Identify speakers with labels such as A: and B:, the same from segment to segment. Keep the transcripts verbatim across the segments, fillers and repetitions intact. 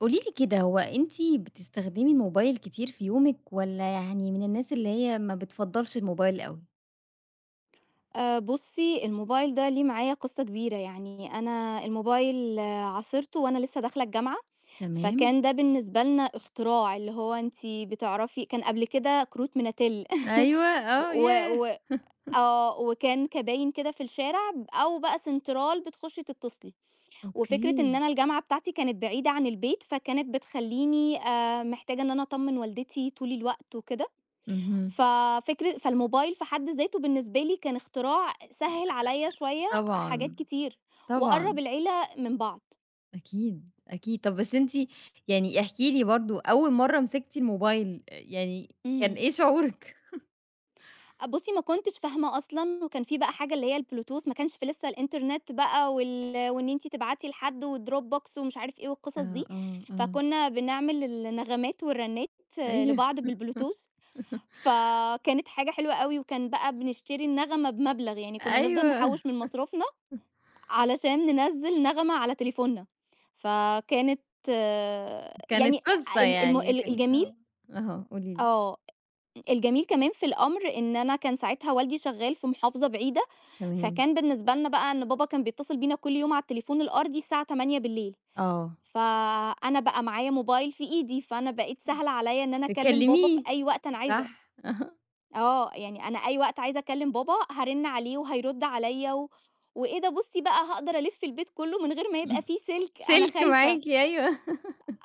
A: قولي لي كده هو أنتِ بتستخدمي الموبايل كتير في يومِك والّا يعني من الناس اللي هي ما بتفضّلش الموبايل أوي؟
B: آآ بُصّي، الموبايل ده ليه معايا قصّة كبيرة، يعني أنا الموبايل عاصرته وأنا لسه داخلة الجامعة،
A: تمام.
B: فكان ده بالنسبة لنا اختراع، اللي هو أنتِ بتعرفي كان قبل كده كروت ميناتيل
A: أيوه،
B: ب
A: آه،
B: و
A: ياه!
B: و آه، وكان كباين كده في الشارع ب أو بقى سنترال بتخشي تتصلي، وفكرة
A: أوكي.
B: إن أنا الجامعة بتاعتي كانت بعيدة عن البيت، فكانت بتخلّيني آآ محتاجة إن أنا أطمّن والدتي طول الوقت وكده.
A: اهم.
B: ففكرة فالموبايل في حد ذاته بالنسبة لي كان اختراع سهِّل عليّا شوية حاجات
A: طبعًا،
B: كتير، وقرّب
A: طبعًا.
B: العيلة من بعض.
A: أكيد، أكيد. طَب بس أنتِ يعني احكي لي برضه أول مرّة مسكتِ الموبايل آآ يعني كان
B: إمم.
A: إيه شعورِك؟
B: بُصّي، ما كنتش فاهمة أصلًا وكان في بقى حاجة اللي هي البلوتوث، ما كانش في لسه الإنترنت بقى وال وإن أنتِ تبعتي لحد والDropbox ومش عارف إيه والقصص
A: آه،
B: دي،
A: آه، آه.
B: فكُنّا بنعمل النغمات والرنّات آه،
A: أيوه،
B: لبعض بالبلوتوث، فكانت حاجة حلوة أوي وكان بقى بنشتري النغمة بمبلغ، يعني كُنّا نفضل
A: أيوه.
B: نحوِّش من مصروفنا علشان ننزّل نغمة على تليفوننا، فكانت آه،
A: كانت
B: يعني
A: قصة
B: ال الم
A: يعني
B: ال
A: كان
B: الجميل
A: آه. أها قولي لي.
B: آه، الجميل كمان في الأمر إن أنا كان ساعتها والدي شغّال في محافظة بعيدة،
A: تمام.
B: فكان بالنسبة لنا بقى إن بابا كان بيتصل بينا كل يوم على التليفون الأرضي الساعة تمانية.
A: آه.
B: فأنا بقى معايا موبايل في إيدي، فأنا بقيت سهل عليّا إن أنا أكلّم بابا في
A: تكلميه،
B: أي وقت أنا عايزة.
A: صح.
B: آه، يعني أنا أي وقت عايزة أكلم بابا هارِنّ عليه وهيرُد عليَّ و وإيه ده بُصّي بقى هاقدر ألِفّ البيت كلّه من غير ما يبقى في سلك، أنا
A: سلك
B: خايفة.
A: معاكِ أيوه.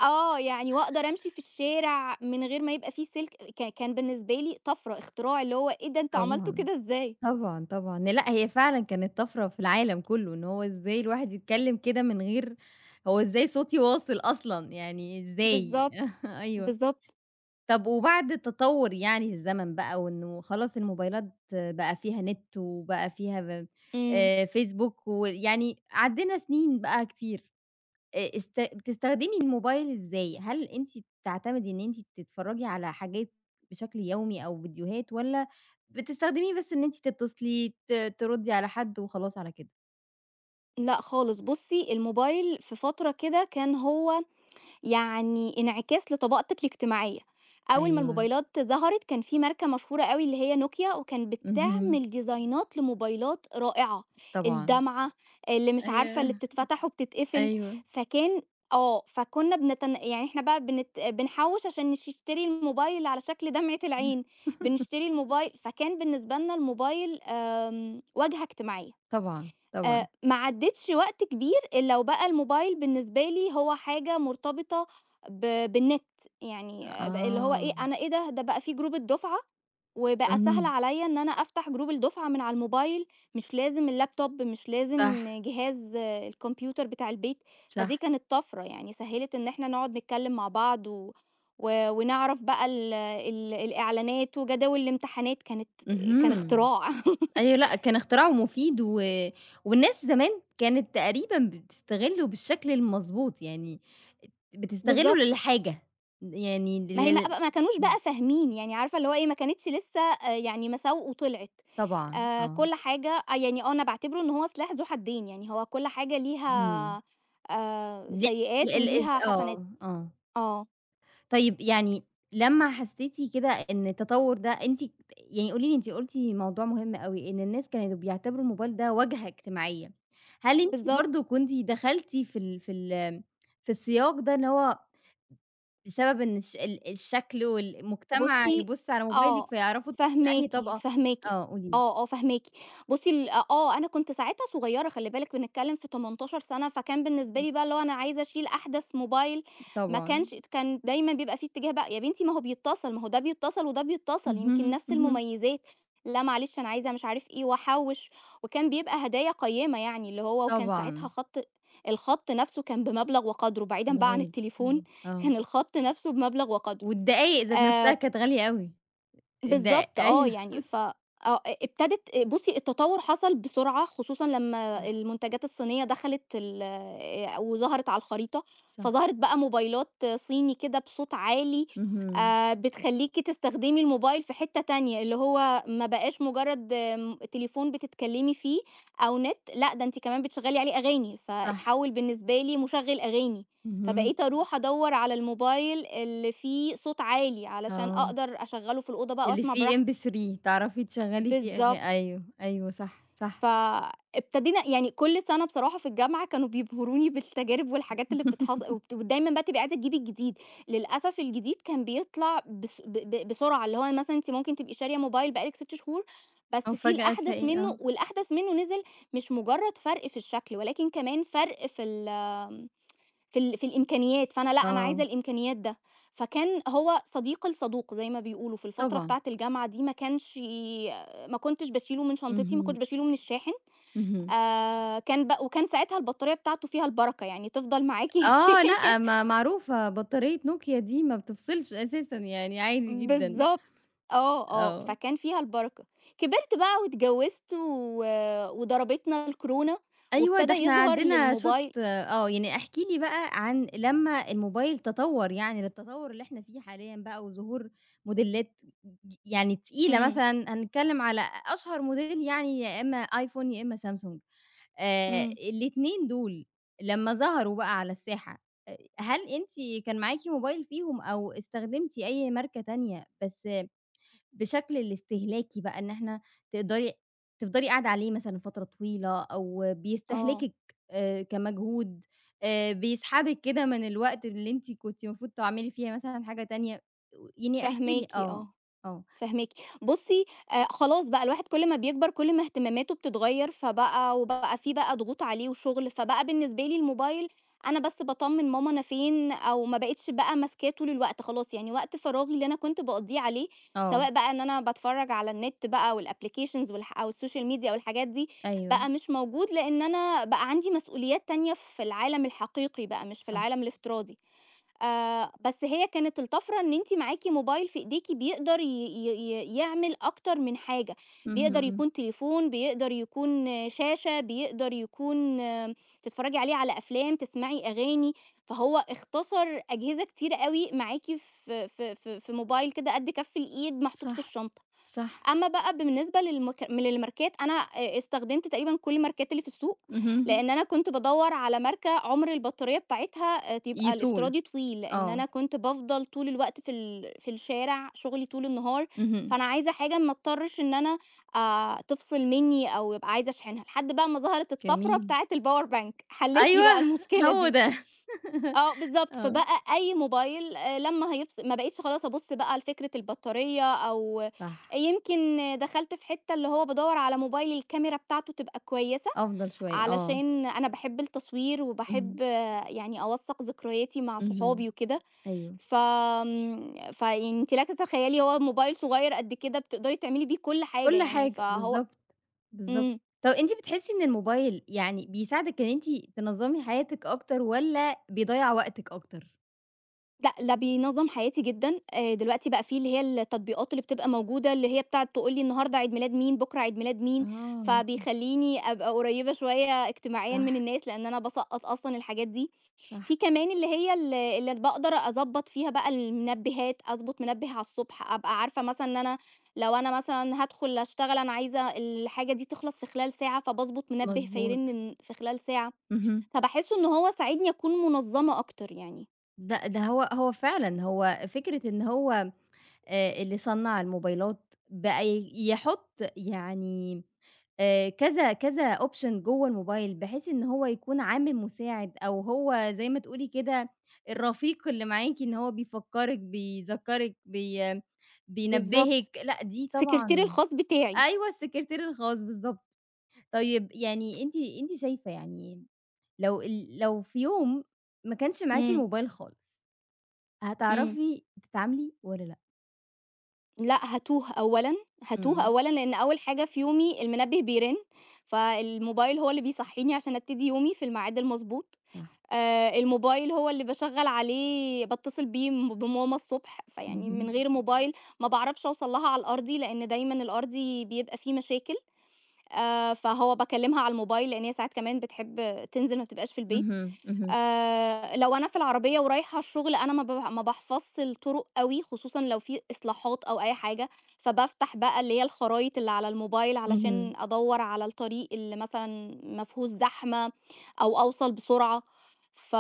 B: آه، يعني وأقدر أمشي في الشارع من غير ما يبقى في سلك، ك كان بالنسبة لي طَفرة، اختراع، اللي هو إيه ده أنتم عملتوا
A: طبعًا،
B: كده إزاي؟
A: طبعًا، طبعًا. لأ، هي فعلًا كانت طَفرة في العالم كُلّه، إن هو إزاي الواحد يتكلّم كده من غير هو إزاي صوتي واصل أصلًا، يعني إزاي؟
B: بالضبط،
A: أيوه.
B: بالضبط،
A: طَب وبعد تطوُّر يعني الزمن بقى وإنه خلاص الموبايلات بقى فيها نت وبقى فيها ب
B: إمم.
A: آآ، فيسبوك ويعني عدّينا سنين بقى كتير. آآ است بتستخدمي الموبايل إزاي؟ هل أنتِ بتعتمدي إن أنتِ تتفرّجي على حاجات بشكل يومي أو فيديوهات والّا بتستخدميه بس إن أنتِ تتصلي، ت تردّي على حد وخلاص على كده؟
B: لأ خالص، بُصّي الموبايل في فترة كده كان هو يعني انعكاس لطبقتك الاجتماعية. أول ما
A: أيوه.
B: الموبايلات ظهرت كان في ماركة مشهورة أوي اللي هي نوكيا وكان
A: اهم،
B: بتعمل ديزاينات لموبايلات رائعة،
A: طبعًا.
B: الدمعة، اللي مش عارفة
A: أي
B: اللي بتتفتح وبتتقفل،
A: أيوه،
B: فكان آه، فكنا بنتن يعني إحنا بقى بنت بنحوّش عشان نشتري الموبايل على شكل دمعة العين، بنشتري الموبايل فكان بالنسبة لنا الموبايل آمم، واجهة اجتماعية.
A: طبعًا، طبعًا.
B: آآ ما عدّتش وقت كبير إلا وبقى الموبايل بالنسبة لي هو حاجة مرتبطة ب بالنت، يعني ب اللي هو إيه،
A: آه.
B: أنا إيه ده، ده بقى في جروب الدُفعة وبقى سهل
A: اهم.
B: عليّا إن أنا أفتح جروب الدُفعة من على الموبايل، مش لازم اللابتوب، مش
A: صح،
B: لازم جهاز آه، الكمبيوتر بتاع البيت، فدي
A: صح.
B: كانت طَفرة، يعني سهّلِت إن إحنا نقعد نتكلّم مع بعض و و ونعرف بقى ال ال الإعلانات وجداول الامتحانات، كانت كان
A: اهم.
B: اختراع.
A: أيوه لأ، كان اختراعه مفيد و والناس زمان كانت تقريبًا بتستغلّه بالشكل المضبوط، يعني بتستغلّه
B: بالضبط.
A: للحاجة، يعني
B: ما هي ما
A: لل
B: بقى ما كانوش
A: إمم،
B: بقى فاهمين، يعني عارفة اللي هو إيه، ما كانتش لسه آآ يعني مساوئه وطلعت.
A: طبعًا
B: آآ
A: آه،
B: كل حاجة آه، يعني آه، أنا باعتبره إن هو سلاح ذو حدين، يعني هو كل حاجة
A: إمم،
B: ليها آآ
A: ل ال ال...
B: سيئات
A: الإز
B: وليها حسنات.
A: آه، آه،
B: آه،
A: طيب يعني لمّا حسّيتِ كده إن التطوّر ده أنتِ يعني قولي لي أنتِ قُلتِ موضوع مهم أوي، إن الناس كانوا بيعتبروا الموبايل ده واجهة اجتماعية، هل أنتِ برضه
B: بالضبط.
A: كنتِ دخلتِ في ال في ال في السياق ده اللي هو بسبب إن الش ال الشكل والمجتمع
B: بُصّي
A: يبُص على موبايلِك
B: آه،
A: فيعرفوا أنتِ أنهي
B: فاهماكِ،
A: طبقة
B: فاهماكِ،
A: آه قولي لي.
B: آه، آه فاهماكِ. بُصّي ال آه، آه، أنا كنت ساعتها صغيّرة خلّي بالِك بنتكلّم في تمنتاشر سَنة، فكان بالنسبة
A: اهم،
B: لي بقى اللي هو أنا عايزة أشيل أحدث موبايل، ما
A: طبعًا.
B: كانش كان دايمًا بيبقى في اتجاه بقى، يا بنتي ما هو بيتّصل، ما هو ده بيتّصل وده بيتّصل يمكن
A: اهم،
B: نفس
A: اهم،
B: المميزات، لا معلش أنا عايزة مش عارف إيه وأحوّش، وكان بيبقى هدايا قيّمة يعني اللي هو وكان ساعتها
A: طبعًا
B: خَط الخَط نفسه كان بمبلغ وقدْره، بعيدًا
A: كان
B: بقى عن
A: غالي، آه،
B: التليفون،
A: آه،
B: كان الخَط نفسه بمبلغ وقدْره.
A: والدقايق ذات نفسها
B: آآ
A: كانت غالية أوي، الد
B: بالضبط آه،
A: أيوه
B: يعني ف آه، ابتدت بُصّي التطوّر حصل بسرعة، خصوصًا لمّا
A: صح،
B: المنتجات الصينية دخلت ال آآ، وظهرت على الخريطة،
A: صح،
B: فظهرت بقى موبايلات صيني كده بصوت عالي
A: اهم،
B: آآ، بتخلّيكِ تستخدمي الموبايل في حتّة تانية، اللي هو ما بقاش مجرّد آمم، تليفون بتتكلّمي فيه أو نت، لأ ده أنتِ كمان بتشغّلي عليه أغاني،
A: صح،
B: فاتحوّل بالنسبة لي مُشغّل أغاني.
A: اهم،
B: فبقيت أروح أدوّر على الموبايل اللي فيه صوت عالي علشان
A: آه،
B: أقدر أشغّله في الأوضة بقى
A: اللي
B: وأسمع
A: فيه
B: براحتي.
A: إم بي ثري تعرفي تشغّلي فيه أغا
B: بالضبط.
A: أيوه، أيوه صح، صح،
B: فابتدينا يعني كل سَنة بصراحة في الجامعة كانوا بيبهروني بالتجارب والحاجات اللي بتتحص وبت ودايمًا بقى تبقي عايزة تجيبي الجديد. للأسف الجديد كان بيطلع بس ب ب بسرعة، اللي هو مثلًا أنتِ ممكن تبقي شارية موبايل بقى لِك ستة شهور، بس
A: أو
B: فيه
A: فجأة
B: الأحدث
A: تلاقي آه،
B: منّه والأحدث منّه نزل مش مجرّد فرق في الشكل ولكن كمان فرق في ال في ال في الإمكانيات، فأنا لأ، أنا عايزة
A: آه،
B: الإمكانيات ده. فكان هو صديق الصدوق زي ما بيقولوا، في الفترة
A: طبعًا،
B: بتاعة الجامعة دي ما كانش ي- ما كنتش باشيله من شنطتي، ما
A: اهم،
B: كنتش باشيله من الشاحن،
A: اهم.
B: آآ كان ب وكان ساعتها البطارية بتاعته فيها البركة، يعني تفضل معاكِ
A: آه لأ، ما معروفة بطارية نوكيا دي ما بتفصلش أساسًا يعني عادي جدًا،
B: بالضبط. آه، آه،
A: آه.
B: فكان فيها البركة. كبرت بقى واتجوزت و وضربتنا الكورونا
A: أيوه ده
B: وابتدى
A: إحنا
B: يظهر
A: عندنا شوت
B: للموبايل.
A: آه، يعني احكِ لي بقى عن لمّا الموبايل تطوّر يعني للتطوّر اللي إحنا فيه حاليًا بقى وظهور موديلات ج يعني تقيلة
B: إمم،
A: مثلًا هنتكلّم على أشهر موديل يعني يا إمّا iPhone يا إمّا Samsung آآ،
B: إمم،
A: الاتنين دول لمّا ظهروا بقى على الساحة أ هل أنتِ كان معاكِ موبايل فيهم أو استخدمتِ أي ماركة تانية بس بشكل الاستهلاكي بقى إن إحنا تقدري تفضلي قاعدة عليه مثلًا فترة طويلة أو
B: آه،
A: بيستهلكِك آآ كمجهود، آآ بيسحبِك كده من الوقت اللي أنتِ كنتِ المفروض تعملي فيه مثلًا حاجة تانية، يعني احكي لي
B: فاهماكِ،
A: آه،
B: آه.
A: آه،
B: فاهماكِ. بُصّي، آآ خلاص بقى الواحد كل ما بيكبر كل ما اهتماماته بتتغيّر، فبقى وبقى في بقى ضغوط عليه وشغل، فبقى بالنسبة لي الموبايل أنا بس باطمّن ماما أنا فين أو ما بقيتش بقى ماسكاه طول الوقت خلاص، يعني وقت فراغي اللي أنا كنت باقضّيه عليه،
A: آه،
B: سواء بقى إن أنا باتفرّج على النت بقى والapplications والح أو السوشيال ميديا أو الحاجات دي،
A: أيوه،
B: بقى مش موجود لإن أنا بقى عندي مسؤوليات تانية في العالم الحقيقي بقى مش في العالم
A: صح،
B: الافتراضي. آآ بس هي كانت الطَفرة إن أنتِ معاكِ موبايل في إيديكِ بيقدر ي ي ي يعمل أكتر من حاجة،
A: اهم،
B: بيقدر
A: إمم،
B: يكون تليفون، بيقدر يكون آه، شاشة، بيقدر يكون آه، تتفرّجي عليه على أفلام، تسمعي أغاني، فهو اختصر أجهزة كتيرة أوي معاكِ في في في في موبايل كده قد كَف الإيد محطوط في
A: صح،
B: الشنطة.
A: صح،
B: أمّا بقى بالنسبة للمك من الماركات، أنا آآ استخدمت تقريبًا كل الماركات اللي في السوق،
A: اهم،
B: لإن أنا كنت بادوّر على ماركة عُمر البطارية بتاعتها آآ تبقى
A: يطول،
B: الافتراضي طويل، لإن
A: آه،
B: أنا كنت بافضل طول الوقت في ال في الشارع، شُغلي طول النهار،
A: اهم،
B: فأنا عايزة حاجة ما اضطرش إن أنا آآ تفصل منّي أو أبقى عايزة أشحنها، لحد بقى ما ظهرت الطفرة
A: جميل،
B: بتاعة الpower bank، حلّت لي بقى
A: أيوه
B: المشكلة
A: هو
B: دي.
A: ده،
B: آه بالضبط،
A: آه،
B: فبقى أي موبايل آآ لمّا هيفصل ما بقيتش خلاص أبُص بقى لفكرة البطارية أو
A: صح،
B: يمكن دخلت في حتّة اللي هو بادوّر على موبايل الكاميرا بتاعته تبقى كويسة،
A: أفضل شوية، آه،
B: علشان أنا باحب التصوير
A: اهم،
B: وباحب يعني أوثّق ذكرياتي مع
A: اهم،
B: صحابي وكده،
A: أيوه.
B: ف آمم، فيعني أنتِ لا تتخيّلي هو موبايل صغيّر قد كده بتقدري تعملي بيه كل حاجة
A: كل
B: يعني،
A: حاجة،
B: فهو
A: بالضبط، بالضبط.
B: إمم.
A: طب أنتِ بتحسّي إن الموبايل يعني بيساعدِك إن أنتِ تنظّمي حياتِك أكتر والّا بيضيّع وقتِك أكتر؟
B: لأ، ده بينظّم حياتي جدًا، آآ دلوقتي بقى في اللي هي التطبيقات اللي بتبقى موجودة، اللي هي بتاعة تقول لي النهارده عيد ميلاد مين، بُكرة عيد ميلاد مين،
A: آه،
B: فبيخلّيني أبقى قريّبة شوية اجتماعيًا من
A: صح،
B: الناس، لإن أنا باسقّط أصلًا الحاجات دي.
A: صح.
B: في كمان اللي هي ال اللي باقدر أضبّط فيها بقى المنبهات، أضبط منبه على الصبح، أبقى عارفة مثلًا إن أنا لو أنا مثلًا هادخل أشتغل أنا عايزة الحاجة دي تخلص في خلال ساعة، فباضبط منبه فيرن
A: مضبوط،
B: ن في خلال ساعة،
A: اهم.
B: فباحس إن هو ساعدني أكون منظّمة أكتر يعني.
A: ده ده هو هو فعلًا، هو فكرة إن هو آآ اللي صنّع الموبايلات بقى ي يحُط يعني آآ كذا كذا option جوّه الموبايل، بحيث إن هو يكون عامل مساعد أو هو زي ما تقولي كده الرفيق اللي معاكِ، إن هو بيفكّرِك، بيذكّرِك، بي
B: بالضبط.
A: بينبّهِك، لأ دي
B: السكرتير
A: طبعًا
B: الخاص بتاعي.
A: أيوه السكرتير الخاص بالضبط. طيب يعني أنتِ أنتِ شايفة يعني لو ال لو في يوم ما كانش معاكِ
B: إمم،
A: الموبايل خالص،
B: إمم.
A: هتعرفي تتعاملي والّا لأ؟
B: لأ هاتوه أولًا، هاتوه
A: إمم،
B: أولًا لإن أول حاجة في يومي المنبه بيرن، فالموبايل هو اللي بيصحيني عشان أبتدي يومي في الميعاد المضبوط،
A: صح.
B: آآ الموبايل هو اللي باشغّل عليه باتصل بيه م بماما الصبح، فيعني من
A: اهم.
B: غير موبايل ما باعرفش أوصل لها على الأرضي، لإن دايمًا الأرضي بيبقى فيه مشاكل، آآ فهو باكلمها على الموبايل لإن هي ساعات كمان بتحب تنزل ما بتبقاش في البيت.
A: اهم، اهم،
B: آآ لو أنا في العربية ورايحة الشغل أنا ما باح ما باحفظش الطرق أوي، خصوصًا لو في إصلاحات أو أي حاجة، فبافتح بقى اللي هي الخرايط اللي على الموبايل علشان
A: اهم.
B: أدوّر على الطريق اللي مثلًا ما فيهوش زحمة أو أوصل بسرعة، ف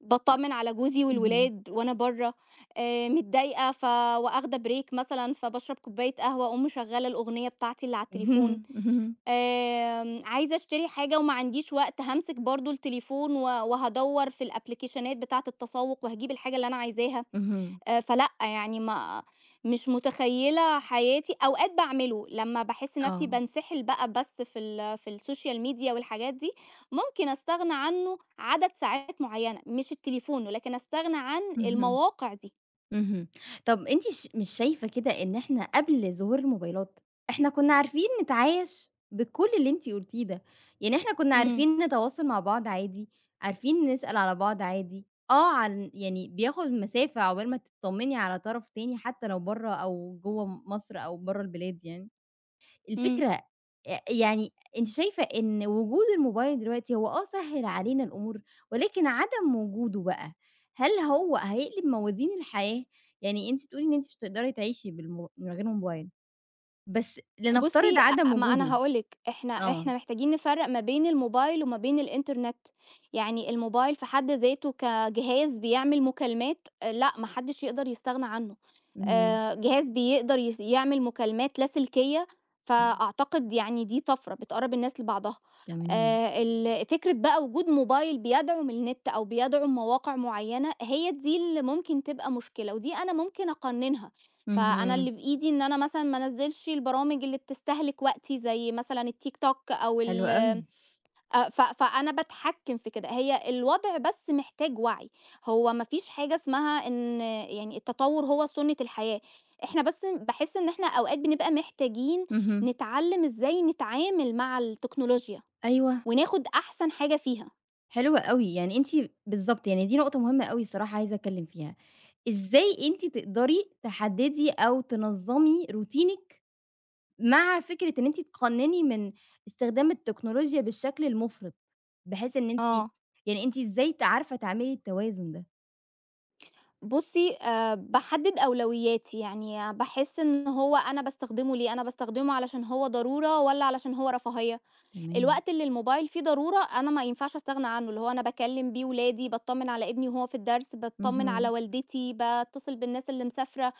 B: باتطمن على جوزي
A: اهم.
B: والولاد وأنا برّه، آآ متضايقة ف واخدة break مثلًا فباشرب كوباية قهوة، أقوم مشغّلة الأغنية بتاعتي اللي على التليفون.
A: اهم، اهم،
B: آمم، عايزة أشتري حاجة وما عنديش وقت، هامسك برضه التليفون و وهادوّر في الأبليكيشنات بتاعة التسوق وهاجيب الحاجة اللي أنا عايزاها،
A: اهم.
B: آآ، فلأ يعني ما مش متخيلة حياتي أوقات باعمله لمّا باحس نفسي
A: آه.
B: بانسحل بقى بس في ال في السوشيال ميديا والحاجات دي، ممكن أستغنى عنه عدد ساعات معينة، مش التليفون ولكن أستغنى عن
A: اهم،
B: المواقع دي.
A: اهم. طَب أنتِ ش مش شايفة كده إن إحنا قبل ظهور الموبايلات، إحنا كنا عارفين نتعايش بكل اللي أنتِ قُلتيه ده، يعني إحنا كنا
B: إمم،
A: عارفين نتواصل مع بعض عادي، عارفين نسأل على بعض عادي، آه عن يعني بياخد مسافة عقبال ما تطمّني على طرف تاني حتى لو برّه أو جوّه مصر أو برّه البلاد يعني.
B: إمم.
A: الفكرة أ يعني أنتِ شايفة إن وجود الموبايل دلوقتي هو آه سهِّل علينا الأمور، ولكن عدم وجوده بقى، هل هو هيقلب موازين الحياة؟ يعني أنتِ بتقولي إن أنتِ مش هتقدري تعيشي بالمو من غير موبايل، بس لنفترض
B: بُصّي،
A: عدم
B: أ ما أنا
A: وجوده
B: هاقول لِك، إحنا
A: آه،
B: إحنا محتاجين نفرّق ما بين الموبايل وما بين الإنترنت. يعني الموبايل في حد ذاته كجهاز بيعمل مكالمات، آه، لأ، ما حدش يقدر يستغنى عنه.
A: اهم،
B: آآ جهاز بيقدر يس يعمل مكالمات لاسلكية،
A: إمم،
B: فأعتقد يعني دي طَفرة بتقرّب الناس لبعضها.
A: تمام،
B: آآ ال فكرة بقى وجود موبايل بيدعم النت أو بيدعم مواقع معيّنة، هي دي اللي ممكن تبقى مشكلة، ودي أنا ممكن أقنّنها. فأنا
A: اهم،
B: اللي بإيدي إن أنا مثلًا ما انزّلش البرامج اللي بتستهلك وقتي زي مثلًا التيك توك أو
A: حلو أوي،
B: ال أ ف فأنا باتحكّم في كده، هي الوضع بس محتاج وعي، هو ما فيش حاجة اسمها إن يعني التطوّر هو سُنّة الحياة، إحنا بس باحس إن إحنا أوقات بنبقى محتاجين
A: اهم،
B: نتعلّم إزاي نتعامل مع التكنولوجيا
A: أيوه،
B: وناخُد أحسن حاجة فيها.
A: حلو أوي، يعني أنتِ بالضبط، يعني دي نقطة مهمة أوي الصراحة عايزة أتكلّم فيها، إزاي أنتِ تقدري تحدّدي أو تنظّمي روتينِك مع فكرة إن أنتِ تقنّني من استخدام التكنولوجيا بالشكل المُفرط، بحيث إن أنتِ
B: آه.
A: يعني أنتِ إزاي ت عارفة تعملي التوازن ده،
B: بُصّي، آآ باحدد أولوياتي، يعني باحس إن هو أنا باستخدمه ليه، أنا باستخدمه علشان هو ضرورة والّا علشان هو رفاهية؟
A: تمام،
B: الوقت اللي الموبايل فيه ضرورة أنا ما ينفعش أستغنى عنه، اللي هو أنا باكلم بيه ولادي، باتطمن على ابني وهو في الدرس، باتطمن على
A: اهم،
B: والدتي، باتصل بالناس اللي مسافرة،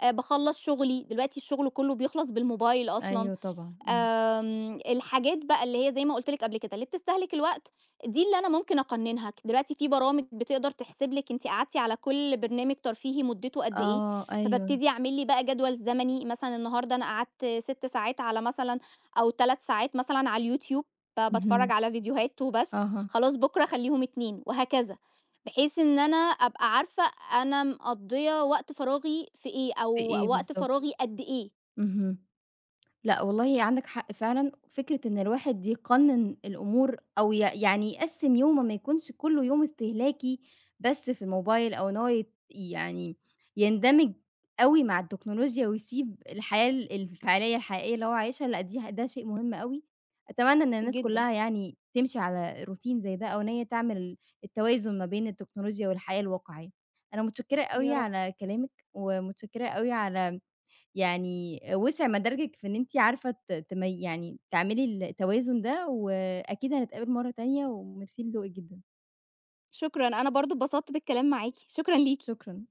B: آآ باخلّص شغلي، دلوقتي الشغل كله بيخلص بالموبايل أصلًا،
A: أيوه طبعًا، إمم،
B: آمم، الحاجات بقى اللي هي زي ما قُلت لِك قبل كده، اللي بتستهلك الوقت دي اللي أنا ممكن أقنّنها، ك دلوقتي في برامج بتقدر تحسب لِك أنتِ قعدتِ على كل برنامج ترفيهي مدته قد إيه،
A: آه، أيوه،
B: فبابتدي أعمل لي بقى جدول زمني، مثلًا النهارده أنا قعدت ست ساعات على مثلًا أو ثلاث ساعات مثلًا على اليوتيوب، فباتفرّج
A: اهم،
B: على فيديوهات وبس،
A: أها،
B: خلاص بُكرة أخلّيهم اتنين وهكذا، بحيث إن أنا أبقى عارفة أنا مقضية وقت فراغي في إيه، أو
A: في إيه
B: وقت
A: بالضبط؟
B: فراغي قد إيه.
A: اهم. لأ والله عندك حق فعلًا، فكرة إن الواحد يقنّن الأمور أو ي يعني يقسّم يومه ما يكونش كلّه يوم استهلاكي بس في الموبايل أو إن هو يت يعني يندمج أوي مع التكنولوجيا ويسيب الحياة ال الفعلية الحقيقية اللي هو عايشها، لأ دي ح ده شيء مهم أوي، أتمنى إن الناس
B: جدًا.
A: كلّها يعني تمشي على روتين زي ده أو إن هي تعمل التوازن ما بين التكنولوجيا والحياة الواقعية. أنا متشكرة أوي
B: يا رب.
A: على كلامك، ومتشكرة أوي على يعني وسع مداركِك في إن أنتِ عارفة ت تمي يعني تعملي التوازن ده، وأكيد هنتقابل مرّة تانية، وميرسي لذوقِك جدًا،
B: شكرًا، أنا برضه اتبسطت بالكلام معاكِ، شكرًا ليكِ.
A: شكرًا.